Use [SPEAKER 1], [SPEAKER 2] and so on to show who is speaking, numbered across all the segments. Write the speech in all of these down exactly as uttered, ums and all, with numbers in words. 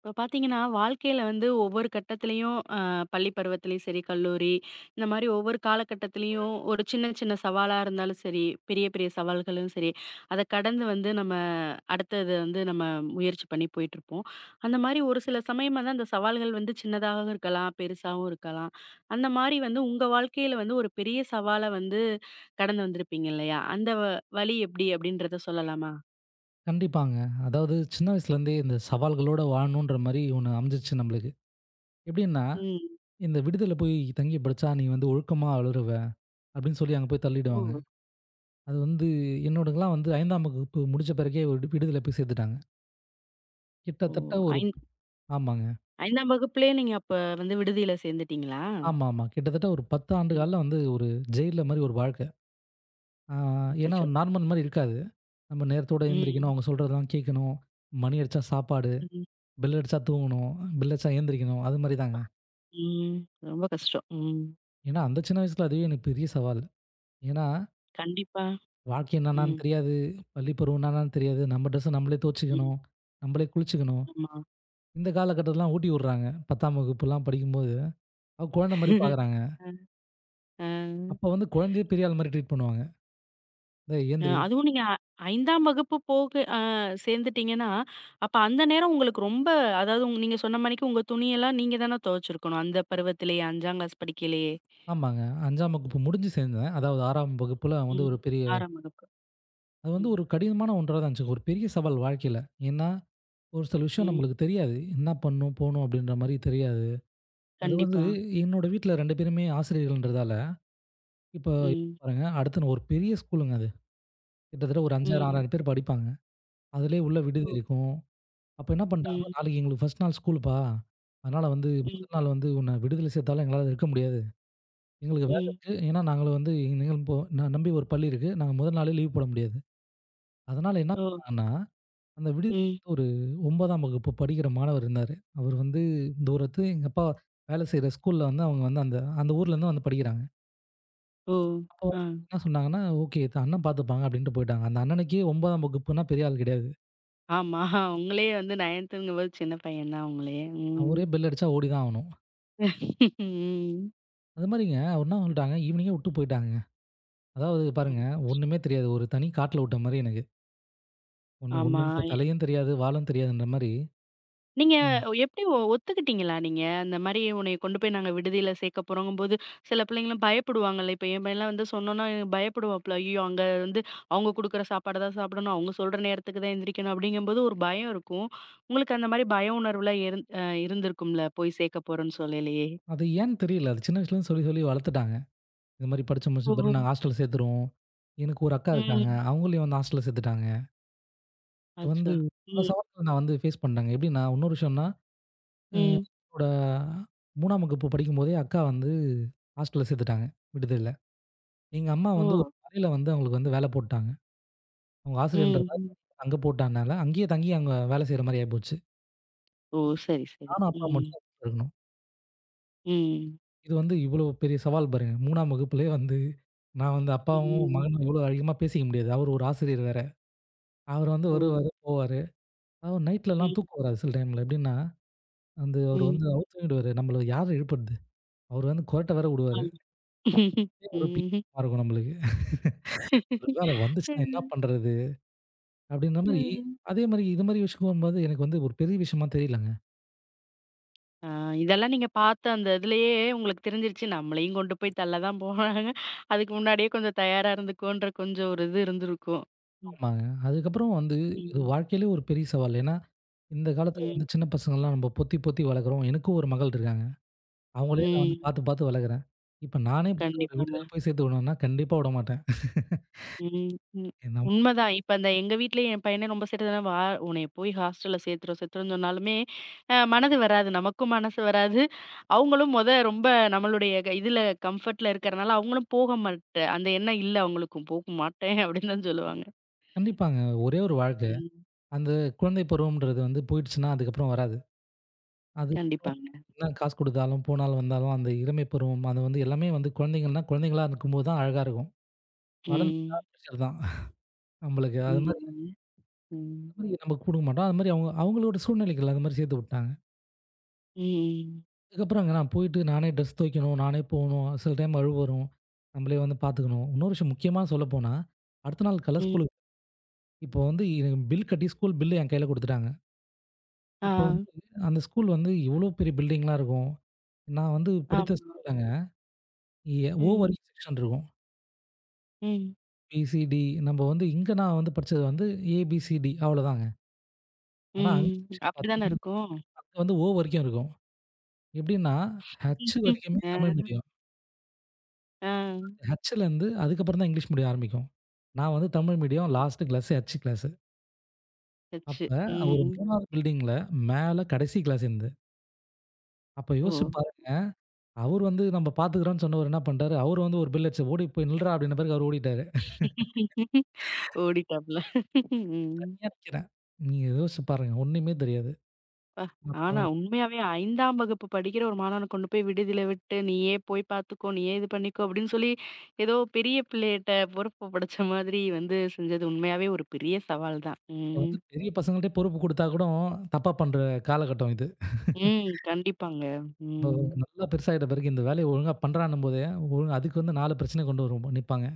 [SPEAKER 1] இப்போ பார்த்தீங்கன்னா, வாழ்க்கையில வந்து ஒவ்வொரு கட்டத்திலயும் அ பள்ளி பருவத்திலயும் சரி, கல்லூரி இந்த மாரி ஒவ்வொரு காலகட்டத்திலயும் ஒரு சின்ன சின்ன சவாலா இருந்தாலும் சரி, பெரிய பெரிய சவால்களும் சரி, அத கடந்து வந்து நம்ம அடுத்தது வந்து நம்ம முயற்சி பண்ணி போயிட்டுருப்போம். அந்த மாரி ஒரு சில சமயம் வந்து அந்த சவால்கள் வந்து சின்னதாக இருக்கலாம், பெருசாவும் இருக்கலாம். அந்த மாரி வந்து உங்க வாழ்க்கையில வந்து ஒரு பெரிய சவால வந்து கடந்து வந்திருப்பீங்க இல்லையா? அந்த வ வழி எப்படி? அப்படின்றத சொல்லலாமா?
[SPEAKER 2] கண்டிப்பாங்க. அதாவது சின்ன வயசுலேருந்தே இந்த சவால்களோட வாழணுன்ற மாரி ஒண்ணு அமைஞ்சிருச்சு நம்மளுக்கு. எப்படின்னா,
[SPEAKER 1] ம்.
[SPEAKER 2] இந்த விடுதியில போய் தங்கி படிச்சா நீ வந்து ஒழுக்கமா வளருவ, அப்படின்னு சொல்லி அங்க போய் தள்ளிடுவாங்க.
[SPEAKER 1] ஓ!
[SPEAKER 2] அது வந்து என்னோடதுலாம் வந்து 5ஆம் வகுப்பு முடிச்ச பிறகே விடு விடுதியில போய் சேர்த்துட்டாங்க.
[SPEAKER 1] ஓ!
[SPEAKER 2] கிட்டத்தட்ட ஒரு ஆமாங்க.
[SPEAKER 1] ஐந்தாம் வகுப்புலயே நீங்க அப்ப வந்து விடுதியில சேர்ந்துட்டீங்களா?
[SPEAKER 2] ஆமாமா. கிட்டத்தட்ட ஒரு பத்து ஆண்டு காலம்
[SPEAKER 1] ம்.
[SPEAKER 2] வந்து ஒரு ஜெயில்ல மாரி ஒரு வாழ்க்கை. ஆ ஏன்னா
[SPEAKER 1] அச்சச்சோ!
[SPEAKER 2] ஒரு நார்மல் மாரி இருக்காது. நம்ம நேரத்தோட எந்திரிக்கணும்,
[SPEAKER 1] ம்.
[SPEAKER 2] அவங்க சொல்றதெல்லாம் கேட்கணும், மணி அடிச்சா சாப்பாடு,
[SPEAKER 1] ம்.
[SPEAKER 2] பெல் அடிச்சா தூங்கணும், பெல் அடிச்சா எந்திரிக்கணும், அது மாரி தாங்க.
[SPEAKER 1] ம். ரொம்ப கஷ்டம். ம்.
[SPEAKER 2] ஏன்னா, அந்த சின்ன வயசுல அதுவே எனக்கு பெரிய சவால். ஏன்னா,
[SPEAKER 1] கண்டிப்பா.
[SPEAKER 2] வாழ்க்கை என்னன்னான்னு
[SPEAKER 1] ம்.
[SPEAKER 2] தெரியாது. பள்ளி பருவம் என்னன்னான்னு தெரியாது. நம்ம ட்ரெஸ்ஸ நம்மளே
[SPEAKER 1] ம்.
[SPEAKER 2] துவச்சுக்கணும். நம்மளே குளிச்சுக்கணும்.
[SPEAKER 1] ஆமா.
[SPEAKER 2] இந்த காலகட்டத்திலலாம் ஊட்டி விடுறாங்க. 10ஆம் வகுப்புலாம் படிக்கும்போது, அவ குழந்தை மாரி பார்க்குறாங்க.
[SPEAKER 1] அ, அ.
[SPEAKER 2] அப்போ வந்து குழந்தையே பெரிய ஆள் மாரி ட்ரீட் பண்ணுவாங்க. "டேய் எந்திரி."
[SPEAKER 1] அதுவும் நீங்க 5ஆம் வகுப்பு போக அ சேர்ந்துட்டீங்கன்னா, அப்ப அந்த நேரம் உங்களுக்கு ரொம்ப அதாவது உங் நீங்க சொன்ன மாணிக்கு உங்க துணியெல்லாம் நீங்க தானே துவைச்சிருக்கணும். அந்த பருவத்திலேயே ஐந்தாம் கிளாஸ் படிக்கையிலேயே.
[SPEAKER 2] ஆமாங்க. 5ஆம் வகுப்பு முடிஞ்சு சேர்ந்தேன். அதாவது 6ஆம் வகுப்புல வந்து
[SPEAKER 1] ம்.
[SPEAKER 2] ஒரு பெரிய
[SPEAKER 1] ஆறாம் வகுப்பு.
[SPEAKER 2] அது வந்து
[SPEAKER 1] ம்.
[SPEAKER 2] ஒரு கடினமான ஒன்றா தான் இருந்துச்சு. ஒரு பெரிய சவால் வாழ்க்கையில. ஏன்னா, ஒரு சில விஷயம்
[SPEAKER 1] ம்.
[SPEAKER 2] நம்மளுக்கு தெரியாது. என்ன பண்ணணும், போணும் அப்படின்ற மாரி தெரியாது. அது வந்து
[SPEAKER 1] கண்டிப்பா.
[SPEAKER 2] என்னோட வீட்ல ரெண்டு பேருமே ஆசிரியர்கள்ன்றதால இப்போ
[SPEAKER 1] ம்.
[SPEAKER 2] பாருங்க, அடுத்து நான் ஒரு பெரிய ஸ்கூலுங்க அது. கிட்டத்தட்ட ஒரு ஐயாயிரம்,
[SPEAKER 1] ம்.
[SPEAKER 2] ஆறாயிரம் பேர் படிப்பாங்க. அதிலேயே உள்ள விடுதி
[SPEAKER 1] ஓ!
[SPEAKER 2] இருக்கும். அப்ப என்ன பண்ணிட்டாங்கன்னா,
[SPEAKER 1] ம்.
[SPEAKER 2] "நாளைக்கு எங்களுக்கு ஃபர்ஸ்ட் நாள் ஸ்கூலுப்பா. அதனால வந்து
[SPEAKER 1] ம்.
[SPEAKER 2] முதல் நாள் வந்து உன்னை விடுதியில சேர்த்தாலும் எங்களால இருக்க முடியாது. எங்களுக்கு வேலை
[SPEAKER 1] ம்.
[SPEAKER 2] இருக்கு. ஏன்னா நாங்களும் வந்து எங்களை இப்போ ந நம்பி ஒரு பள்ளி இருக்கு. நாங்க முதல் நாளே லீவ் போட முடியாது." அதனால என்ன
[SPEAKER 1] ஓ!
[SPEAKER 2] பண்ணாங்கன்னா, அந்த விடுதியில
[SPEAKER 1] ம்.
[SPEAKER 2] வந்து ஒரு 9ஆம் வகுப்பு படிக்கிற மாணவர் இருந்தாரு. அவர் வந்து தூரத்து எங்க அப்பா வேலை செய்ற ஸ்கூல்ல வந்து அவங்க வந்து அந்த அந்த ஊர்லேருந்து வந்து படிக்கிறாங்க.
[SPEAKER 1] ஓ!
[SPEAKER 2] அப்போ
[SPEAKER 1] ஆ.
[SPEAKER 2] என்ன சொன்னாங்கன்னா, "ஓகே. இது அண்ணன் பார்த்துப்பாங்க" அப்படின்ட்டு போயிட்டாங்க. அந்த அண்ணனுக்கே 9ஆம் வகுப்புன்னா பெரிய ஆள் கிடையாது.
[SPEAKER 1] ஆமா. உங்களே வந்து ஒன்பதாம் வகுப்புங்கும்போது சின்ன பையன் தான் உங்களே. ம்.
[SPEAKER 2] அவரே பெல் அடிச்சா ஓடி தான் ஆவணும்.
[SPEAKER 1] ம்.
[SPEAKER 2] அது மாரிங்க அவர் என்ன சொல்லிட்டாங்க, ஈவினிங்கே விட்டு போயிட்டாங்கங்க. அதாவது பாருங்க, ஒண்ணுமே தெரியாது. ஒரு தனி காட்டுல விட்ட மாரி எனக்கு. ஒண்ணு
[SPEAKER 1] ஆமா.
[SPEAKER 2] ஒண்ணும் இப்ப தலையும் தெரியாது, வாலும் தெரியாதுன்ற மாரி,
[SPEAKER 1] நீங்க
[SPEAKER 2] ம்.
[SPEAKER 1] எப்படி ஒ ஒத்துக்கிட்டீங்களா நீங்க? அந்த மாரி உன்னைய கொண்டு போய் நாங்க விடுதியில சேர்க்க போறோங்கும்போது, சில பிள்ளைங்கலாம் பயப்படுவாங்கல்ல. இப்ப என் பையன்லாம் வந்து சொன்னோன்னா பயப்படுவாப்புல. ஐயோ! அங்க வந்து அவங்க குடுக்குற சாப்பாட தான் சாப்பிடணும், அவங்க சொல்ற நேரத்துக்கு தான் எந்திரிக்கணும் அப்படிங்கும்போது ஒரு பயம் இருக்கும். உங்களுக்கு அந்த மாரி பய உணர்வுலாம் இருந் அ இருந்திருக்கும்ல போய் சேர்க்க போறோன்னு சொல்லலயே?
[SPEAKER 2] அது ஏன்னு தெரியல. அது சின்ன வயசுலேருந்து சொல்லி சொல்லி வளர்த்துட்டாங்க. இது மாரி படிச்சு முடிச்ச
[SPEAKER 1] ஓஹோ!
[SPEAKER 2] பிறகு நாங்க ஹாஸ்டல் சேர்த்துருவோம். எனக்கு ஒரு அக்கா இருக்காங்க.
[SPEAKER 1] ம்.
[SPEAKER 2] அவங்களையும் வந்து ஹாஸ்டல்ல சேர்த்துட்டாங்க. இது வந்து
[SPEAKER 1] அச்சோ!
[SPEAKER 2] பல
[SPEAKER 1] ம்.
[SPEAKER 2] சவால்கள நான் வந்து ஃபேஸ் பண்ட்டேங்க. எப்படின்னா, இன்னொரு விஷயம்னா அ
[SPEAKER 1] ம்.
[SPEAKER 2] என்னோட 3ஆம் வகுப்பு படிக்கும்போதே அக்கா வந்து ஹாஸ்டல்ல சேர்த்துட்டாங்க, விடுதியில. எங்க அம்மா
[SPEAKER 1] ஓ!
[SPEAKER 2] வந்து ஒரு கடையில வந்து அவங்களுக்கு வந்து வேலை போட்டாங்க. அவங்க
[SPEAKER 1] ம்,
[SPEAKER 2] ஆசிரியர்ன்றதால
[SPEAKER 1] ம்.
[SPEAKER 2] அங்க போட்டனால, அங்கேயே தங்கி அவங்க வேலை செய்ற மாரி ஆயிப்போச்சு.
[SPEAKER 1] ஓ! சரி, சரி.
[SPEAKER 2] நானும் அப்பா
[SPEAKER 1] ம்,
[SPEAKER 2] மட்டும் தான் வீட்ல இருக்கணும்.
[SPEAKER 1] ம்,
[SPEAKER 2] இது வந்து இவ்வளோ பெரிய சவால் பாருங்க. 3ஆம் வகுப்புலயே வந்து நான் வந்து அப்பாவும்
[SPEAKER 1] ம்.
[SPEAKER 2] மகனும் இவ்வளோ அதிகமா பேசிக்க முடியாது. அவரு ஒரு ஆசிரியர் வேற. அவர் வந்து
[SPEAKER 1] ஓ!
[SPEAKER 2] வருவாரு, போவாரு. அவர் நைட்லலாம்
[SPEAKER 1] ம்,
[SPEAKER 2] தூக்கம் வராது சில டைம்ல. எப்படின்னா, வந்து அவரு வந்து
[SPEAKER 1] ம்.
[SPEAKER 2] அவுத்து விடுவாரு. நம்மள யாரு எழுப்புறது? அவரு வந்து கொறட்ட வேற விடுவாரு.
[SPEAKER 1] ஆமா.
[SPEAKER 2] ஒரு பீ
[SPEAKER 1] ம்.
[SPEAKER 2] இருக்கும் நம்மளுக்கு. அதான் வந்துச்சுன்னா என்ன
[SPEAKER 1] ம்,
[SPEAKER 2] பண்றது? அப்படின்ற மாரி, ம்.
[SPEAKER 1] ம்.
[SPEAKER 2] அதே மாரி இது மாரி விஷயங்கும்போது எனக்கு வந்து ஒரு பெரிய விஷயமா தெரியலங்க.
[SPEAKER 1] ஆ இதெல்லாம் நீங்க பார்த்த அந்த இதுலயே உங்களுக்கு தெரிஞ்சிருச்சு, நம்மளையும் கொண்டு போய் தள்ள தான் போறாங்க. அதுக்கு முன்னாடியே கொஞ்சம் தயாரா இருந்துக்கோன்ற கொஞ்சம் ஒரு இது இருந்திருக்கும். ம்,
[SPEAKER 2] ஆமாங்க. அதுக்கப்புறம் வந்து இது
[SPEAKER 1] ம்,
[SPEAKER 2] வாழ்க்கையிலே ஒரு பெரிய சவால். ஏன்னா, இந்த காலத்தில
[SPEAKER 1] ம்,
[SPEAKER 2] வந்து சின்ன பசங்கள்லாம் நம்ம பொத்தி, பொத்தி வளர்க்குறோம். எனக்கும் ஒரு மகள் இருக்காங்க. அவங்களே நான் வந்து
[SPEAKER 1] ம்.
[SPEAKER 2] பார்த்து, பார்த்து வளர்க்குறேன். இப்ப நானே போயிட்டு ஒரு
[SPEAKER 1] கண்டிப்பாங்க.
[SPEAKER 2] விடுதியில போய் சேர்த்து விடணும்னா, கண்டிப்பா விடமாட்டேன்.
[SPEAKER 1] ம். ம்.
[SPEAKER 2] நம்
[SPEAKER 1] உண்மதான். இப்ப அந்த எங்க வீட்லயும் என் பையனே ரொம்ப சேட்டை தான. "வா உன்னைய போய் ஹாஸ்டல்ல சேர்த்துறோம், சேர்த்துறோம்ன்னு" சொன்னாலுமே, அ மனது வராது. நமக்கும் மனசு வராது. அவங்களும் மொத ரொம்ப நம்மளுடைய க இதுல கம்ஃபர்ட்ல இருக்கிறனால அவங்களும் போக மாட்ட அந்த எண்ணம் இல்ல அவங்களுக்கும். போக மாட்டேன் அப்படின்னு தான் சொல்லுவாங்க.
[SPEAKER 2] கண்டிப்பாங்க. ஒரே ஒரு வாழ்க்கை.
[SPEAKER 1] ம்.
[SPEAKER 2] அந்த குழந்தை பருவம்ன்றது வந்து போயிடுச்சுன்னா, அதுக்கப்புறம் வராது. அது
[SPEAKER 1] கண்டிப்பாங்க.
[SPEAKER 2] என்ன காசு குடுத்தாலும், போனாலும், வந்தாலும் அந்த இளமை பருவம், அது வந்து எல்லாமே வந்து குழந்தைங்கள்னா, குழந்தைங்களா இருக்கும்போது தான் அழகா இருக்கும். வளர்ந்துட்டா
[SPEAKER 1] ம்.
[SPEAKER 2] பிரஷர் தான். நம்மளுக்கு அது மாரி
[SPEAKER 1] உண்மதாங்க. ம்.
[SPEAKER 2] அது மாரி நம்ம குடுக்க மாட்டோம். அது மாரி அவங்க அவங்களோட சூழ்நிலைகள் அது மாரி சேர்த்து விட்டாங்க.
[SPEAKER 1] ம்.
[SPEAKER 2] அதுக்கப்புறம் அங்க நான் போயிட்டு நானே ட்ரெஸ் துவைக்கணும், நானே போணும். சில டைம் அழுவ வரும். நம்மளே வந்து பார்த்துக்கணும். இன்னொரு விஷயம் முக்கியமா சொல்லப்போனா, அடுத்த நாள் காலைல
[SPEAKER 1] ம்.
[SPEAKER 2] ஸ்கூலுக்கு இப்போ வந்து எனக்கு பில் கட்டி ஸ்கூல் பில் என் கையில குடுத்துட்டாங்க.
[SPEAKER 1] ஆ.
[SPEAKER 2] இப்போ வந்து அந்த ஸ்கூல் வந்து எவ்வளோ பெரிய பில்டிங்லாம் இருக்கும். நான் வந்து படித்த
[SPEAKER 1] ஆமா.
[SPEAKER 2] ஸ்கூல்லங்க எ ஓ
[SPEAKER 1] ம்.
[SPEAKER 2] வரைக்கும் செக்ஷன் இருக்கும்.
[SPEAKER 1] ம்.
[SPEAKER 2] பி, சி, டி நம்ம வந்து இங்க நான் வந்து படிச்சது வந்து ஏ, பி, சி, டி அவ்வளோதாங்க. ஆனா அங்க
[SPEAKER 1] ம்.
[SPEAKER 2] செக்ஷன்
[SPEAKER 1] அப்படிதானே
[SPEAKER 2] பார்த்தீங்கன்னா,
[SPEAKER 1] இருக்கும்.
[SPEAKER 2] அங்க வந்து ஓ வரைக்கும் இருக்கும். எப்படின்னா, ஹச்
[SPEAKER 1] ம்.
[SPEAKER 2] வரைக்குமே தமிழ்
[SPEAKER 1] ஆ.
[SPEAKER 2] மீடியம்.
[SPEAKER 1] ஆ.
[SPEAKER 2] ஹச்லேருந்து அதுக்கப்புறம் தான் இங்கிலீஷ் மீடியம் ஆரம்பிக்கும். நான் வந்து தமிழ் மீடியம் லாஸ்ட் கிளாஸ் ஹச் கிளாஸ்.
[SPEAKER 1] சச்சு.
[SPEAKER 2] அப்ப ஒரு
[SPEAKER 1] ம்.
[SPEAKER 2] 3வது பில்டிங்கில மேல கடைசி கிளாஸ் என்னது. அப்ப
[SPEAKER 1] ஓ!
[SPEAKER 2] யோசிச்சு பாரு, அவரு வந்து நம்ம பார்த்துக்கிறோம்ன்னு சொன்னவரு என்ன பண்ட்டாரு, அவரு வந்து ஒரு பெல் அடிச்சு, "ஓடி போய் நில்றா" அப்படின்ன பிறகு அவரு ஓடிட்டாரு.
[SPEAKER 1] ஓடிட்டாப்ல. ம்.
[SPEAKER 2] தனியா நிக்கிறேன். நீங்க யோசிச்சு பாருங்க. ஒண்ணுமே தெரியாது.
[SPEAKER 1] பா ஆனா
[SPEAKER 2] அப்ப
[SPEAKER 1] உண்மையாவே ஐந்தாம் வகுப்பு படிக்கிற ஒரு மாணவன கொண்டு போய் விடுதியில விட்டு, "நீயே போய் பார்த்துக்கோ, நீயே இது பண்ணிக்கோ" அப்படின்னு சொல்லி, ஏதோ பெரிய பிள்ளையிட்ட பொறுப்பு படைச்ச மாதிரி வந்து செஞ்சது உண்மையாவே ஒரு பெரிய சவால் தான்.
[SPEAKER 2] அப்ப
[SPEAKER 1] ம்.
[SPEAKER 2] வந்து பெரிய பசங்கள்ட்டயே பொறுப்பு குடுத்தா கூட தப்பா பண்ற காலகட்டம் இது.
[SPEAKER 1] ம். கண்டிப்பாங்க. ம்.
[SPEAKER 2] நம்ம நல்லா பெருசாயிட்ட பிறகு இந்த வேலைய ஒழுங்கா பண்றான்னும் போதே, ஒழுங்கா அதுக்கு வந்து நாலு பிரச்சனைய கொண்டு வரும் நிப்பாங்க.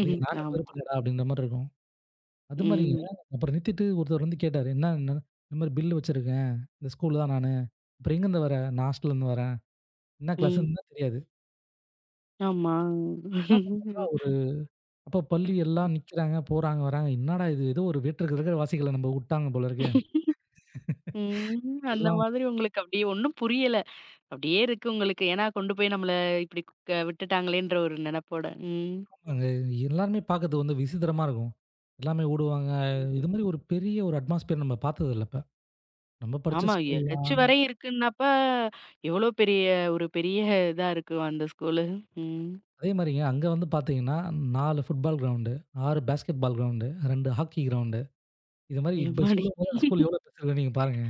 [SPEAKER 2] அதுக்கு நானே
[SPEAKER 1] ஆமா.
[SPEAKER 2] பொறுப்பில்லடா! அப்படின்ற மாரி இருக்கும். அது மாரிங்க
[SPEAKER 1] ம்.
[SPEAKER 2] அப்புறம் நிறுத்திட்டு ஒருத்தர் வந்து கேட்டாரு. "என்ன என்ன? இந்த மாரி பில் வச்சிருக்கேன். இந்த ஸ்கூல் தான் நானு. அப்புறம் எங்கேருந்து வர? நான் ஹாஸ்டல்லேருந்து வரேன். என்ன
[SPEAKER 1] ம்.
[SPEAKER 2] கிளாஸ்ன்னு தான் தெரியாது."
[SPEAKER 1] ஆமா.
[SPEAKER 2] என்ன பண்றோம்னா, ஒரு அப்போ பள்ளி எல்லாம் நிக்கிறாங்க, போறாங்க, வராங்க. என்னடா இது? ஏதோ ஒரு வேற்று கிரக வாசிகள நம்ம உட்டாங்க போல இருக்கே.
[SPEAKER 1] ம். அந்த
[SPEAKER 2] எல்லாம்
[SPEAKER 1] மாதிரி உங்களுக்கு அப்படியே ஒண்ணும் புரியல. அப்படியே இருக்கு உங்களுக்கு. ஏன்னா கொண்டு போய் நம்மள இப்படி க விட்டுட்டாங்களேன்ற ஒரு நெனப்போட. ம்.
[SPEAKER 2] ஆமாங்க. எல்லாருமே பார்க்கறதுக்கு வந்து விசித்திரமா இருக்கும். எல்லாமே ஓடுவாங்க.
[SPEAKER 1] ம்.
[SPEAKER 2] இது மாரி ஒரு பெரிய ஒரு அட்மாஸ்பியர் நம்ம பார்த்தது இல்ல அப்ப. நம்ம படிச்ச
[SPEAKER 1] ஆமா. எ ஹெச்
[SPEAKER 2] ஸ்கூல்லாம்
[SPEAKER 1] வரை இருக்குன்னாப்ப, எவ்வளோ பெரிய ஒரு பெரிய இதா இருக்கும் அந்த ஸ்கூலு. ம்.
[SPEAKER 2] அதே மாரிங்க அங்க வந்து பார்த்தீங்கன்னா, நாலு ஃபுட்பால் கிரவுண்டு, ஆறு பேஸ்கெட் பால் கிரவுண்டு, ரெண்டு ஹாக்கி கிரவுண்டு இது மாரி இப்ப
[SPEAKER 1] எம்மாடி!
[SPEAKER 2] சொல்லும்போது அந்த ஸ்கூல் எவ்வளோ பெருசிருக்கு நீங்க பாருங்க.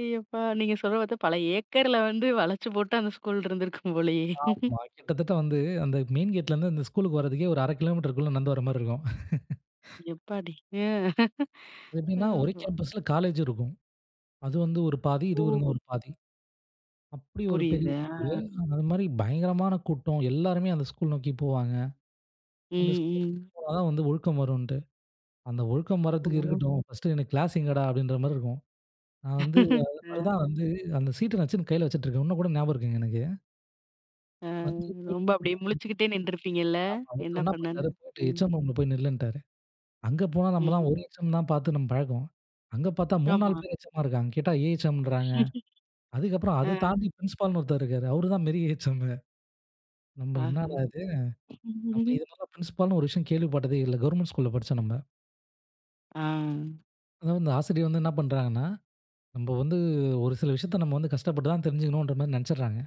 [SPEAKER 1] ஐயப்பா! நீங்க சொல்ற பார்த்தா பல ஏக்கர்ல வந்து வளச்சு போட்டு அந்த ஸ்கூல் இருந்திருக்கும் போலயே!
[SPEAKER 2] ஆமா. கிட்டத்தட்ட வந்து அந்த மெயின் கேட்லருந்து அந்த ஸ்கூலுக்கு வரதுக்கே ஒரு அரை கிலோமீட்டருக்குள்ள நடந்து வர மாரி இருக்கும்.
[SPEAKER 1] எப்பாடி! அ.
[SPEAKER 2] அது எப்படின்னா ஒரே
[SPEAKER 1] ஆமா.
[SPEAKER 2] கேம்பஸ்ல காலேஜ் இருக்கும். அது வந்து ஒரு பாதி, இது வந்து
[SPEAKER 1] ஓ!
[SPEAKER 2] ஒரு பாதி. அப்படி ஒரு பெரிய
[SPEAKER 1] புரியுது. ஆ.
[SPEAKER 2] ஸ்கூலு. அது மாரி பயங்கரமான கூட்டம். எல்லாருமே அந்த ஸ்கூல் நோக்கி போவாங்க.
[SPEAKER 1] ம்,
[SPEAKER 2] அந்த ஸ்கூல்
[SPEAKER 1] ம்.
[SPEAKER 2] போனா தான் வந்து ஒழுக்கம் வரும்ன்ட்டு. அந்த ஒழுக்கம் வரதுக்கு
[SPEAKER 1] ஓ!
[SPEAKER 2] இருக்கட்டும், ஃபர்ஸ்ட்டு எனக்கு கிளாஸ் எங்கடா அப்படின்ற மாரி இருக்கும். நான் வந்து
[SPEAKER 1] ஆ.
[SPEAKER 2] அதுதான் வந்து அந்த சீட்ட வச்சு கையில வச்சுட்டு இருக்கேன். இன்னும் கூட ஞாபகம் இருக்குங்க எனக்கு.
[SPEAKER 1] ஆ.
[SPEAKER 2] வந்து போயிட்டு
[SPEAKER 1] ரொம்ப
[SPEAKER 2] என்ன
[SPEAKER 1] அப்படியே
[SPEAKER 2] பண்ணிட்டாரு,
[SPEAKER 1] முழிச்சுக்கிட்டே நின்றுருப்பீங்கல்ல?
[SPEAKER 2] ஒருத்தர்
[SPEAKER 1] என்ன
[SPEAKER 2] என்ன
[SPEAKER 1] பண்ணன்னு?
[SPEAKER 2] பண்ணிட்டாரு போயிட்டு
[SPEAKER 1] ம்.
[SPEAKER 2] ஹெச்எம் ரூம்ல போய் நில்லுன்ட்டாரு. அங்க போனா
[SPEAKER 1] ம்.
[SPEAKER 2] நம்மலாம் ஒரு எச்சம் தான் பார்த்து நம்ம பழக்கம். அங்க பார்த்தா மூணு, நாலு
[SPEAKER 1] ஆமா.
[SPEAKER 2] பேர் எச்சமா இருக்காங்க. கேட்டா ஏஎச்எம்ன்றாங்க. அதுக்கப்புறம் அத
[SPEAKER 1] ஆ.
[SPEAKER 2] தாண்டி பிரின்சிபால்னு ஒருத்தர் இருக்காரு. அவரு தான் மெரி ஏஎச்எம். நம்ம
[SPEAKER 1] ஆஹா.
[SPEAKER 2] என்னடா இது? நம்ம இது மாரிலாம் பிரின்சிபால்னு ஒரு விஷயம் கேள்விப்பட்டதே இல்ல. கவர்மெண்ட் ஸ்கூல்ல படிச்சோம் நம்ம.
[SPEAKER 1] ஆ.
[SPEAKER 2] அதாவது இந்த ஆசிரியர் வந்து என்ன பண்றாங்கன்னா, நம்ம வந்து ஒரு சில விஷயத்த நம்ம வந்து கஷ்டப்பட்டு தான் தெரிஞ்சுக்கணுன்ற மாரி நெனச்சுடுறாங்க.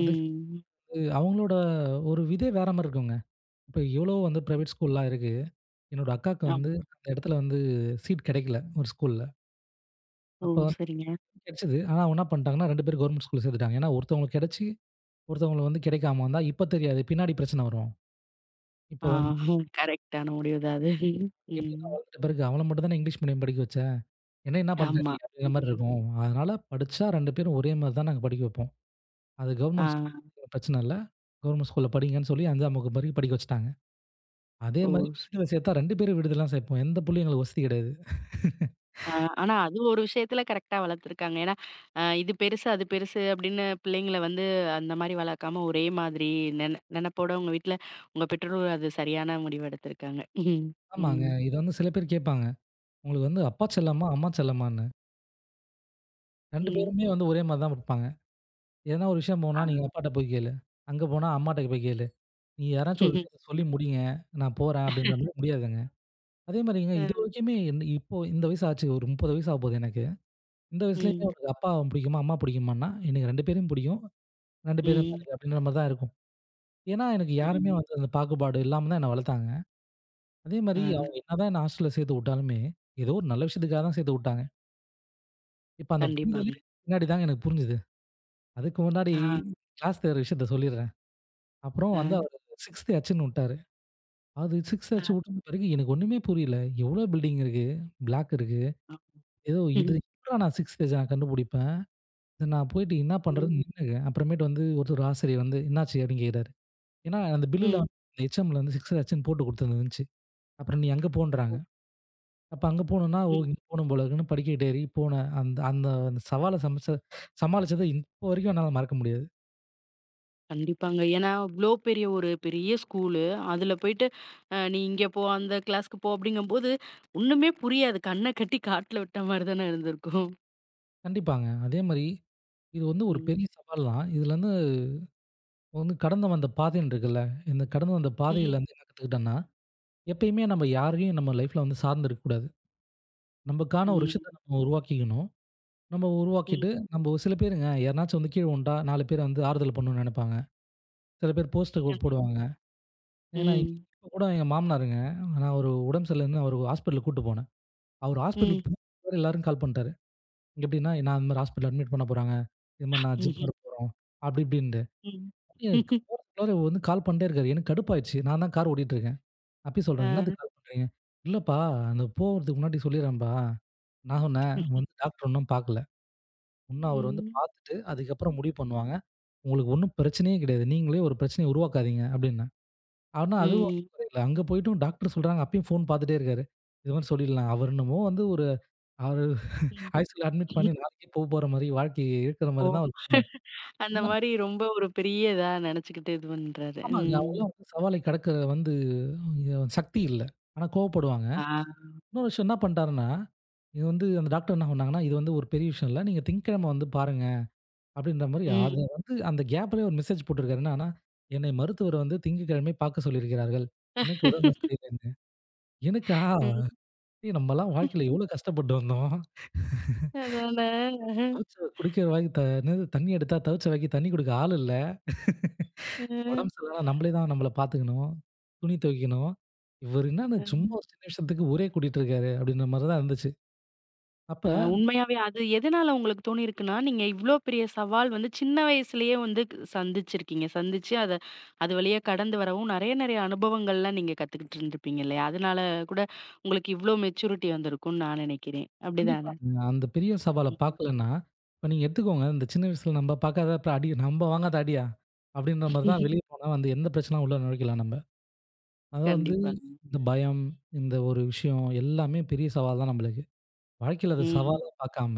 [SPEAKER 2] அதுக்கு அவங்களோட ஒரு விதே வேற மாரி இருக்குங்க. இப்ப எவ்வளோ வந்து பிரைவேட் ஸ்கூல்லாம் இருக்கு. என்னோட அக்காவுக்கு
[SPEAKER 1] ஆமா.
[SPEAKER 2] வந்து அந்த இடத்துல வந்து சீட் கெடைக்கல ஒரு ஸ்கூல்ல.
[SPEAKER 1] ஓ!
[SPEAKER 2] அப்ப
[SPEAKER 1] சரிங்க.
[SPEAKER 2] கெடச்சது. ஆனா அவங்க என்ன பண்ணிட்டாங்கன்னா, ரெண்டு பேரும் கவர்மெண்ட் ஸ்கூல்ல சேர்த்துட்டாங்க. ஏன்னா ஒருத்தவங்களுக்கு கெடச்சு, ஒருத்தவங்களுக்கு வந்து கிடைக்காம வந்தா, இப்ப தெரியாது. பின்னாடி பிரச்சனை வரும்.
[SPEAKER 1] ஆ
[SPEAKER 2] இப்ப வந்து
[SPEAKER 1] கரெக்ட்டான முடிவு தான் அது.
[SPEAKER 2] எப்படின்னா
[SPEAKER 1] ம்.
[SPEAKER 2] வளர்ந்த பிறகு அவள மட்டும் தானே இங்கிலீஷ் மீடியம் படிக்க வச்ச. என்னைய என்ன பண்ட்ட
[SPEAKER 1] ஆமா.
[SPEAKER 2] நீ? அப்படிங்கிற மாரி
[SPEAKER 1] ம்.
[SPEAKER 2] இருக்கும். அதனால படிச்சா ரெண்டு பேரும் ஒரே மாரி தான் நாங்க படிக்க வைப்போம். அது
[SPEAKER 1] ஆ.
[SPEAKER 2] கவர்மெண்ட் ஸ்கூல் பிரச்சனை இல்ல. கவர்மெண்ட் ஸ்கூல்ல படிங்கன்னு சொல்லி 5ஆம் வகுப்பு வரைக்கும் படிக்க வச்சுட்டாங்க. அதே
[SPEAKER 1] ஓ!
[SPEAKER 2] மாரி
[SPEAKER 1] ஸ்
[SPEAKER 2] விடுதில சேர்த்தா ரெண்டு பேரும் விடுதில தான் சேர்ப்போம். எந்த புள்ளையும் எங்களுக்கு வசதி கிடையாது.
[SPEAKER 1] ஆ ஆனா அது ஒரு விஷயத்துல கரெக்ட்டா வளர்த்துருக்காங்க. ஏன்னா, அ இது பெருசு, அது பெருசு அப்படின்னு பிள்ளைங்கள வந்து அந்த மாரி வளர்க்காம ஒரே மாதிரி நென நெனப்போட உங்க வீட்ல உங்க பெற்றோர் அது சரியான முடிவு எடுத்திருக்காங்க. ம்.
[SPEAKER 2] ஆமாங்க.
[SPEAKER 1] ம்.
[SPEAKER 2] இது வந்து சில பேர் கேட்பாங்க. உங்களுக்கு வந்து அப்பா செல்லமா? அம்மா செல்லமான்னு? ரெண்டு
[SPEAKER 1] ம்.
[SPEAKER 2] பேருமே வந்து ஒரே மாரி தான் இருப்பாங்க. எதனா ஒரு விஷயம்
[SPEAKER 1] ஆ.
[SPEAKER 2] போனா, நீங்க அப்பாட்ட போய் கேளு. அங்க போனா அம்மாட்ட போய் கேளு. நீ யாராச்சும் ஒரு விஷயத்த சொல்லி முடிங்க. நான் போறேன் அப்படின்ற மாரி முடியாதுங்க. அதே மாரிங்க இது
[SPEAKER 1] அ.
[SPEAKER 2] வரைக்குமே என் இப்போ இந்த வயசு ஆச்சு. ஒரு முப்பது வயசு ஆகப்போது எனக்கு. இந்த வயசுலயுமே
[SPEAKER 1] ம்.
[SPEAKER 2] உனக்கு அப்பா பிடிக்குமா, அம்மா பிடிக்குமான்னா, எனக்கு ரெண்டு பேரையும் பிடிக்கும். ரெண்டு பேரும் தான்
[SPEAKER 1] ம்.
[SPEAKER 2] எனக்கு அப்படின்ற மாரி தான் இருக்கும். ஏன்னா எனக்கு யாருமே
[SPEAKER 1] ம்.
[SPEAKER 2] வந்து அந்த பாகுபாடு இல்லாம தான் என்ன வளர்த்தாங்க. அதே
[SPEAKER 1] ஆ.
[SPEAKER 2] மாரி அவங்க என்னதான் என்ன ஹாஸ்டல்ல சேர்த்து விட்டாலுமே, ஏதோ ஒரு நல்ல விஷயத்துக்காக தான் சேர்த்து விட்டாங்க. இப்ப அந்த புரிதலே
[SPEAKER 1] கண்டிப்பாங்க.
[SPEAKER 2] பின்னாடி தாங்க எனக்கு புரிஞ்சுது. அதுக்கு முன்னாடி
[SPEAKER 1] ஆ.
[SPEAKER 2] கிளாஸ் தேர்ற விஷயத்த சொல்லிடுறேன். அப்புறம்
[SPEAKER 1] ஆ.
[SPEAKER 2] வந்து அவரு 6த் ஹச்சுன்னு விட்டாரு. அது ஆறு
[SPEAKER 1] ஆ.
[SPEAKER 2] ஆச்சு உட்டன பிறகு எனக்கு ஒண்ணுமே புரியல. எவ்ளோ பில்டிங் இருக்கு, பிளாக் இருக்கு. ஏதோ இது
[SPEAKER 1] ம்.
[SPEAKER 2] எப்புட்றா நான் ஆறு ஸ்டேஜ நான் கண்டுபிடிப்பேன். இத நான் போயிட்டு என்ன
[SPEAKER 1] ம்.
[SPEAKER 2] பண்றதுன்னு நின்னுக்குறேன். அப்புறமேட்டு வந்து ஒருத்தர் ஆசிரியர் வந்து என்னாச்சு அப்படின்னு கேட்குறாரு. ஏன்னா அந்த பில்லுல
[SPEAKER 1] ம்.
[SPEAKER 2] அந்த ஹெச்எம்ல வந்து ஆறு ஆச்சுன்னு போட்டு குடுத்துருந்துச்சு. அப்புறம் நீ அங்க
[SPEAKER 1] ஓ.
[SPEAKER 2] போன்றாங்க. அப்ப அங்க போணும்னா, ஓ!
[SPEAKER 1] ம்.
[SPEAKER 2] இங்க போணும் போல இருக்குன்னு படிக்கட்டு ஏறி போனேன். அந்த அந்த அந்த சவால சமைச்ச சமாளிச்சத இப்போ வரைக்கும் என்னால மறக்க முடியாது.
[SPEAKER 1] கண்டிப்பாங்க. ஏன்னா, இவ்ளோ பெரிய ஒரு பெரிய ஸ்கூலு. அதுல போயிட்டு அ நீ இங்க போ, அந்த கிளாஸ்க்கு போ அப்படிங்கும்போது, ஒண்ணுமே புரியாது. கண்ண கட்டி காட்டுல விட்ட மாரி தானே இருந்திருக்கும்.
[SPEAKER 2] கண்டிப்பாங்க. அதே மாரி இது வந்து ஒரு
[SPEAKER 1] ம்.
[SPEAKER 2] பெரிய சவால் தான். இதுல வந்து வந்து கடந்து வந்த பாதைன்னு இருக்குல்ல, இந்த கடந்து வந்த பாதையில
[SPEAKER 1] ம்.
[SPEAKER 2] வந்து என்ன கத்துக்கிட்டேன்னா, எப்பயுமே நம்ம யாரையும் நம்ம லைஃப்ல வந்து சார்ந்து இருக்கக்கூடாது. நமக்கான ஒரு
[SPEAKER 1] ம்.
[SPEAKER 2] விஷயத்த நம்ம உருவாக்கிக்கணும். நம்ம
[SPEAKER 1] ம்.
[SPEAKER 2] உருவாக்கிட்டு நம்ம ஒரு சில பேருங்க யாருனாச்சும் வந்து கீழ விழுந்துட்டா நாலு பேர் வந்து ஆறுதல் பண்ணணும்னு நெனைப்பாங்க. சில பேர் போஸ்டர் கூட
[SPEAKER 1] கண்டிப்
[SPEAKER 2] போடுவாங்க. ஏன்னா,
[SPEAKER 1] ம்.
[SPEAKER 2] இப்ப கூட எங்க மாமனாருங்க, நான் ஒரு உடம்பு சரியில்லன்னு அவரு ஹாஸ்பிட்டலுக்கு கூட்டு போனேன். அவரு ஹாஸ்பிட்டல்
[SPEAKER 1] ம்.
[SPEAKER 2] போறதுக்குள்ள எல்லாரும் கால் பண்ணிட்டாரு. எப்படின்னா, நான் இந்த மாரி ஹாஸ்பிட்டல்ல அட்மிட் பண்ண போறாங்க. இது மாரி நான்
[SPEAKER 1] ம்ஹ்ம்.
[SPEAKER 2] ஜிப்மர் போறோம். அப்படி இப்படின்ட்டு.
[SPEAKER 1] ம். ம்
[SPEAKER 2] போறதுக்குள்ளார வந்து கால் பண்ணிட்டே இருக்காரு. எனக்கு கடுப்பாயிடுச்சு. நான் தான் கார் ஓட்டிட்டு இருக்கேன். அப்பயும்
[SPEAKER 1] ஆ.
[SPEAKER 2] சொல்றேன், "என்னத்துக்கு கால் பண்றீங்க?" "இல்லப்பா, அந்த போறதுக்கு முன்னாடி சொல்லிடுறேன்ப்பா. நான் சொன்னேன், வந்து டாக்டர் இன்னும் பார்க்கல. இன்னும் அவர் வந்து
[SPEAKER 1] ம்.
[SPEAKER 2] பார்த்துட்டு, அதுக்கப்புறம் முடிவு பண்ணுவாங்க. உங்களுக்கு ஒண்ணும் பிரச்சனையே கிடையாது. நீங்களே ஒரு பிரச்சனைய உருவாக்காதீங்க" அப்டின்னேன். ஆனா அதுவும் வந்து
[SPEAKER 1] ம்.
[SPEAKER 2] குறையல. அங்க போய்ட்டும் டாக்டர் சொல்றாங்க, அப்பயும் ஃபோன் பார்த்துட்டே இருக்காரு. இது மாரி சொல்லிடலாம். அவர் என்னமோ வந்து ஒரு அவரு
[SPEAKER 1] ம்.
[SPEAKER 2] ஐசியூல அட்மிட் பண்ணி நாளைக்கே போ போற மாரி, வாழ்க்கை இருக்கிற மாரி
[SPEAKER 1] ஓ!
[SPEAKER 2] தான் அவர் பண்ணுவாரு.
[SPEAKER 1] அந்த
[SPEAKER 2] என்ன
[SPEAKER 1] மாரி ரொம்ப ஒரு பெரிய இதா நெனச்சுக்கிட்டு இது பண்றாரு.
[SPEAKER 2] ஆமாங்க.
[SPEAKER 1] ம்.
[SPEAKER 2] அவங்கலாம் வந்து சவாலை கடக்க வந்து இங்க சக்தி இல்ல. ஆனா கோவப்படுவாங்க.
[SPEAKER 1] ஆ.
[SPEAKER 2] இன்னொரு விஷயம் என்ன பண்ணிட்டாருன்னா, இது வந்து அந்த டாக்டர் என்ன சொன்னாங்கன்னா, "இது வந்து ஒரு பெரிய விஷயம் இல்ல. நீங்க திங்கட்கிழமை வந்து பாருங்க." அப்படின்ற மாரி
[SPEAKER 1] ம்.
[SPEAKER 2] அது வந்து அந்த கேப்லயே ஒரு மெசேஜ் போட்டுருக்காரு. என்னன்னா, "என்னை மருத்துவர் வந்து திங்கட்கிழமை பார்க்க சொல்லியிருக்கிறார்கள். எனக்கு உடம்பு சரியில்லைன்னு." எனக்கா?
[SPEAKER 1] ம்.
[SPEAKER 2] ஏய் நம்மலாம் வாழ்க்கையில எவ்வளோ கஷ்டப்பட்டு வந்தோம்.
[SPEAKER 1] அதானே. அஹ.
[SPEAKER 2] தவிச்ச குடிக்கிற வாய்க்கு த என்னது தண்ணி எடுத்தா தவிச்ச வாய்க்கு தண்ணி குடுக்க ஆள் இல்ல.
[SPEAKER 1] அ.
[SPEAKER 2] உடம்பு சரியில்லனா நம்மளே தான் நம்மள பார்த்துக்கணும். துணி துவைக்கணும். இவரு என்னன்னா
[SPEAKER 1] அ.
[SPEAKER 2] சும்மா ஒரு சின்ன விஷயத்துக்கு ஊரே கூட்டிட்டு இருக்காரு அப்படின்ற மாரி தான் இருந்துச்சு. அப்ப
[SPEAKER 1] அ உண்மையாவே அது எதனால உங்களுக்கு தோணியிருக்குன்னா, நீங்க இவ்ளோ பெரிய சவால் வந்து சின்ன வயசுலயே வந்து க் சந்திச்சிருக்கீங்க. சந்திச்சு அத அது வழியா கடந்து வரவும் நெறைய நெறைய அனுபவங்கள்லாம் நீங்க கத்துக்கிட்டு இருந்திருப்பீங்க இல்லையா? அதனால கூட உங்களுக்கு இவ்ளோ மெச்சூரிட்டி வந்திருக்கும்னு நான் நெனைக்கிறேன். அப்படிதானே?
[SPEAKER 2] கண்டிப்பாங்க. அந்த பெரிய சவால பார்க்கலன்னா, இப்ப நீங்க எடுத்துக்கோங்க, இந்த சின்ன வயசுல நம்ம பார்க்காத அப்புறம் அடி நம்ம வாங்காத அடியா? அப்படின்ற மாரி தான்
[SPEAKER 1] ம்.
[SPEAKER 2] வெளிய போனா வந்து எந்த பிரச்சனையும் உள்ள நுழைக்கலாம் நம்ம. அத வந்து
[SPEAKER 1] கண்டிப்பாங்க.
[SPEAKER 2] இந்த பயம், இந்த ஒரு விஷயம் எல்லாமே பெரிய சவால் தான் நம்மளுக்கு. வாழ்க்கையில அத
[SPEAKER 1] ம்.
[SPEAKER 2] சவாலா பார்க்காம,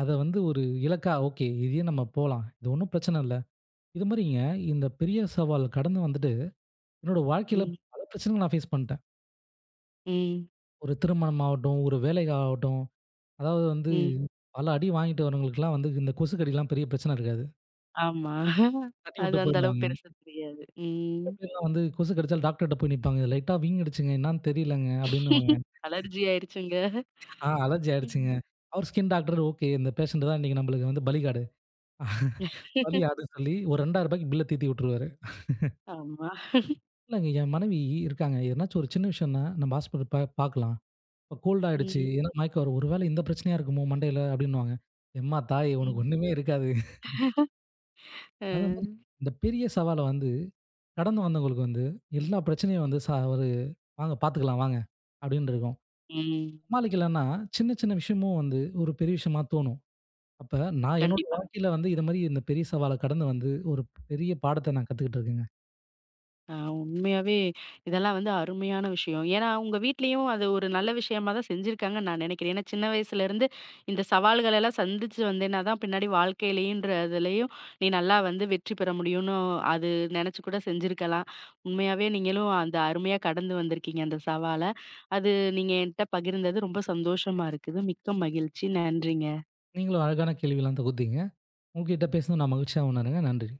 [SPEAKER 2] அத வந்து ஒரு இலக்கா ஓகே இதையே நம்ம போலாம். இது ஒண்ணும் பிரச்சனை இல்ல. இது மாரிங்க இந்த பெரிய சவால் கடந்து வந்துட்டு, என்னோட வாழ்க்கையில
[SPEAKER 1] ம்.
[SPEAKER 2] பல பிரச்சனைகள் நான் ஃபேஸ் பண்ணிட்டேன்.
[SPEAKER 1] ம்.
[SPEAKER 2] ஒரு திருமணம் ஆகட்டும், ஒரு வேலைக்காகட்டும் அதாவது வந்து
[SPEAKER 1] ம்.
[SPEAKER 2] பல அடி வாங்கிட்டு வரவங்களுக்குலாம் வந்து இந்த கொசு கடிலாம் பெரிய பிரச்சனை இருக்காது.
[SPEAKER 1] ஆமா.
[SPEAKER 2] தட்டி
[SPEAKER 1] அது
[SPEAKER 2] விட்டு
[SPEAKER 1] அந்த அளவு
[SPEAKER 2] போயிடுவாங்க.
[SPEAKER 1] பெருசா தெரியாது. ம்.
[SPEAKER 2] சில பேர்லாம் வந்து கொசு கடிச்சா டாக்டர்ட்ட போய் நிப்பாங்க. லைட்டா வீங்கிடுச்சுங்க என்னான்னு தெரியலங்க அப்படின்னுவாங்க.
[SPEAKER 1] அலர்ஜி ஆயிருச்சுங்க.
[SPEAKER 2] ஆ அலர்ஜி ஆயிடுச்சுங்க.
[SPEAKER 1] ம்.
[SPEAKER 2] அவர் ஸ்கின் டாக்டர் ஓகே. இந்த பேஷண்ட் தான் இன்னைக்கு நம்மளுக்கு வந்து பலிகாடு. பலி ஆடுன்னு சொல்லி ஒரு ரூ. இரண்டாயிரம் பில்ல தீர்த்தி விட்டுருவாரு.
[SPEAKER 1] ஆமா.
[SPEAKER 2] இல்லங்க என் மனைவி இருக்காங்க. எதனாச்சும் ஒரு சின்ன விஷயம்னா நம்ம ஹாஸ்பிட்டல் பா பார்க்கலாம். இப்ப கோல்ட் ஆயிடுச்சு.
[SPEAKER 1] ம்.
[SPEAKER 2] ஏன்னா மயக்கம் வரும். ஒருவேளை இந்த பிரச்சனையா இருக்குமோ மண்டையில அப்படின்னுவாங்க. எம்மா தாய் உனக்கு
[SPEAKER 1] ம்.
[SPEAKER 2] ஒண்ணுமே இருக்காது.
[SPEAKER 1] அ.
[SPEAKER 2] அதே மாரி இந்த பெரிய சவால வந்து கடந்து வந்தவங்களுக்கு வந்து எல்லா பிரச்சனையும் வந்து ச ஒரு "வாங்க பார்த்துக்கலாம் வாங்க" அப்படின்னு இருக்கும்.
[SPEAKER 1] ம்.
[SPEAKER 2] சமாளிக்கலன்னா, சின்ன சின்ன விஷயமும் வந்து ஒரு பெரிய விஷயமா தோணும். அப்ப நான் என்னோட
[SPEAKER 1] கண்டிப்பாங்க.
[SPEAKER 2] வாழ்க்கையில வந்து இது மாரி இந்த பெரிய சவால கடந்து வந்து ஒரு பெரிய பாடத்த நான் கத்துக்கிட்டு இருக்கேங்க.
[SPEAKER 1] அ உண்மையாவே இதெல்லாம் வந்து அருமையான விஷயம். ஏன்னா, உங்க வீட்லயும் அது ஒரு நல்ல விஷயமா தான் செஞ்சிருக்காங்கன்னு நான் நினைக்கிறேன். ஏன்னா, சின்ன வயசுலேருந்து இந்த சவால்கள் எல்லாம் சந்திச்சு வந்தேன்னா தான் பின்னாடி வாழ்க்கையிலயும்ன்ற இதுலயும் நீ நல்லா வந்து வெற்றி பெற முடியும்னு அது நெனச்சு கூட செஞ்சிருக்கலாம். உண்மையாவே நீங்களும் அந்த அருமையா கடந்து வந்திருக்கீங்க அந்த சவால. அது நீங்க என்ட்ட பகிர்ந்தது ரொம்ப சந்தோஷமா இருக்குது. மிக்க மகிழ்ச்சி. நன்றிங்க.
[SPEAKER 2] நீங்களும் அழகான கேள்விலாம் தொகுத்தீங்க. உங்ககிட்ட பேசினது நான் மகிழ்ச்சியா உணர்றேங்க. நன்றி.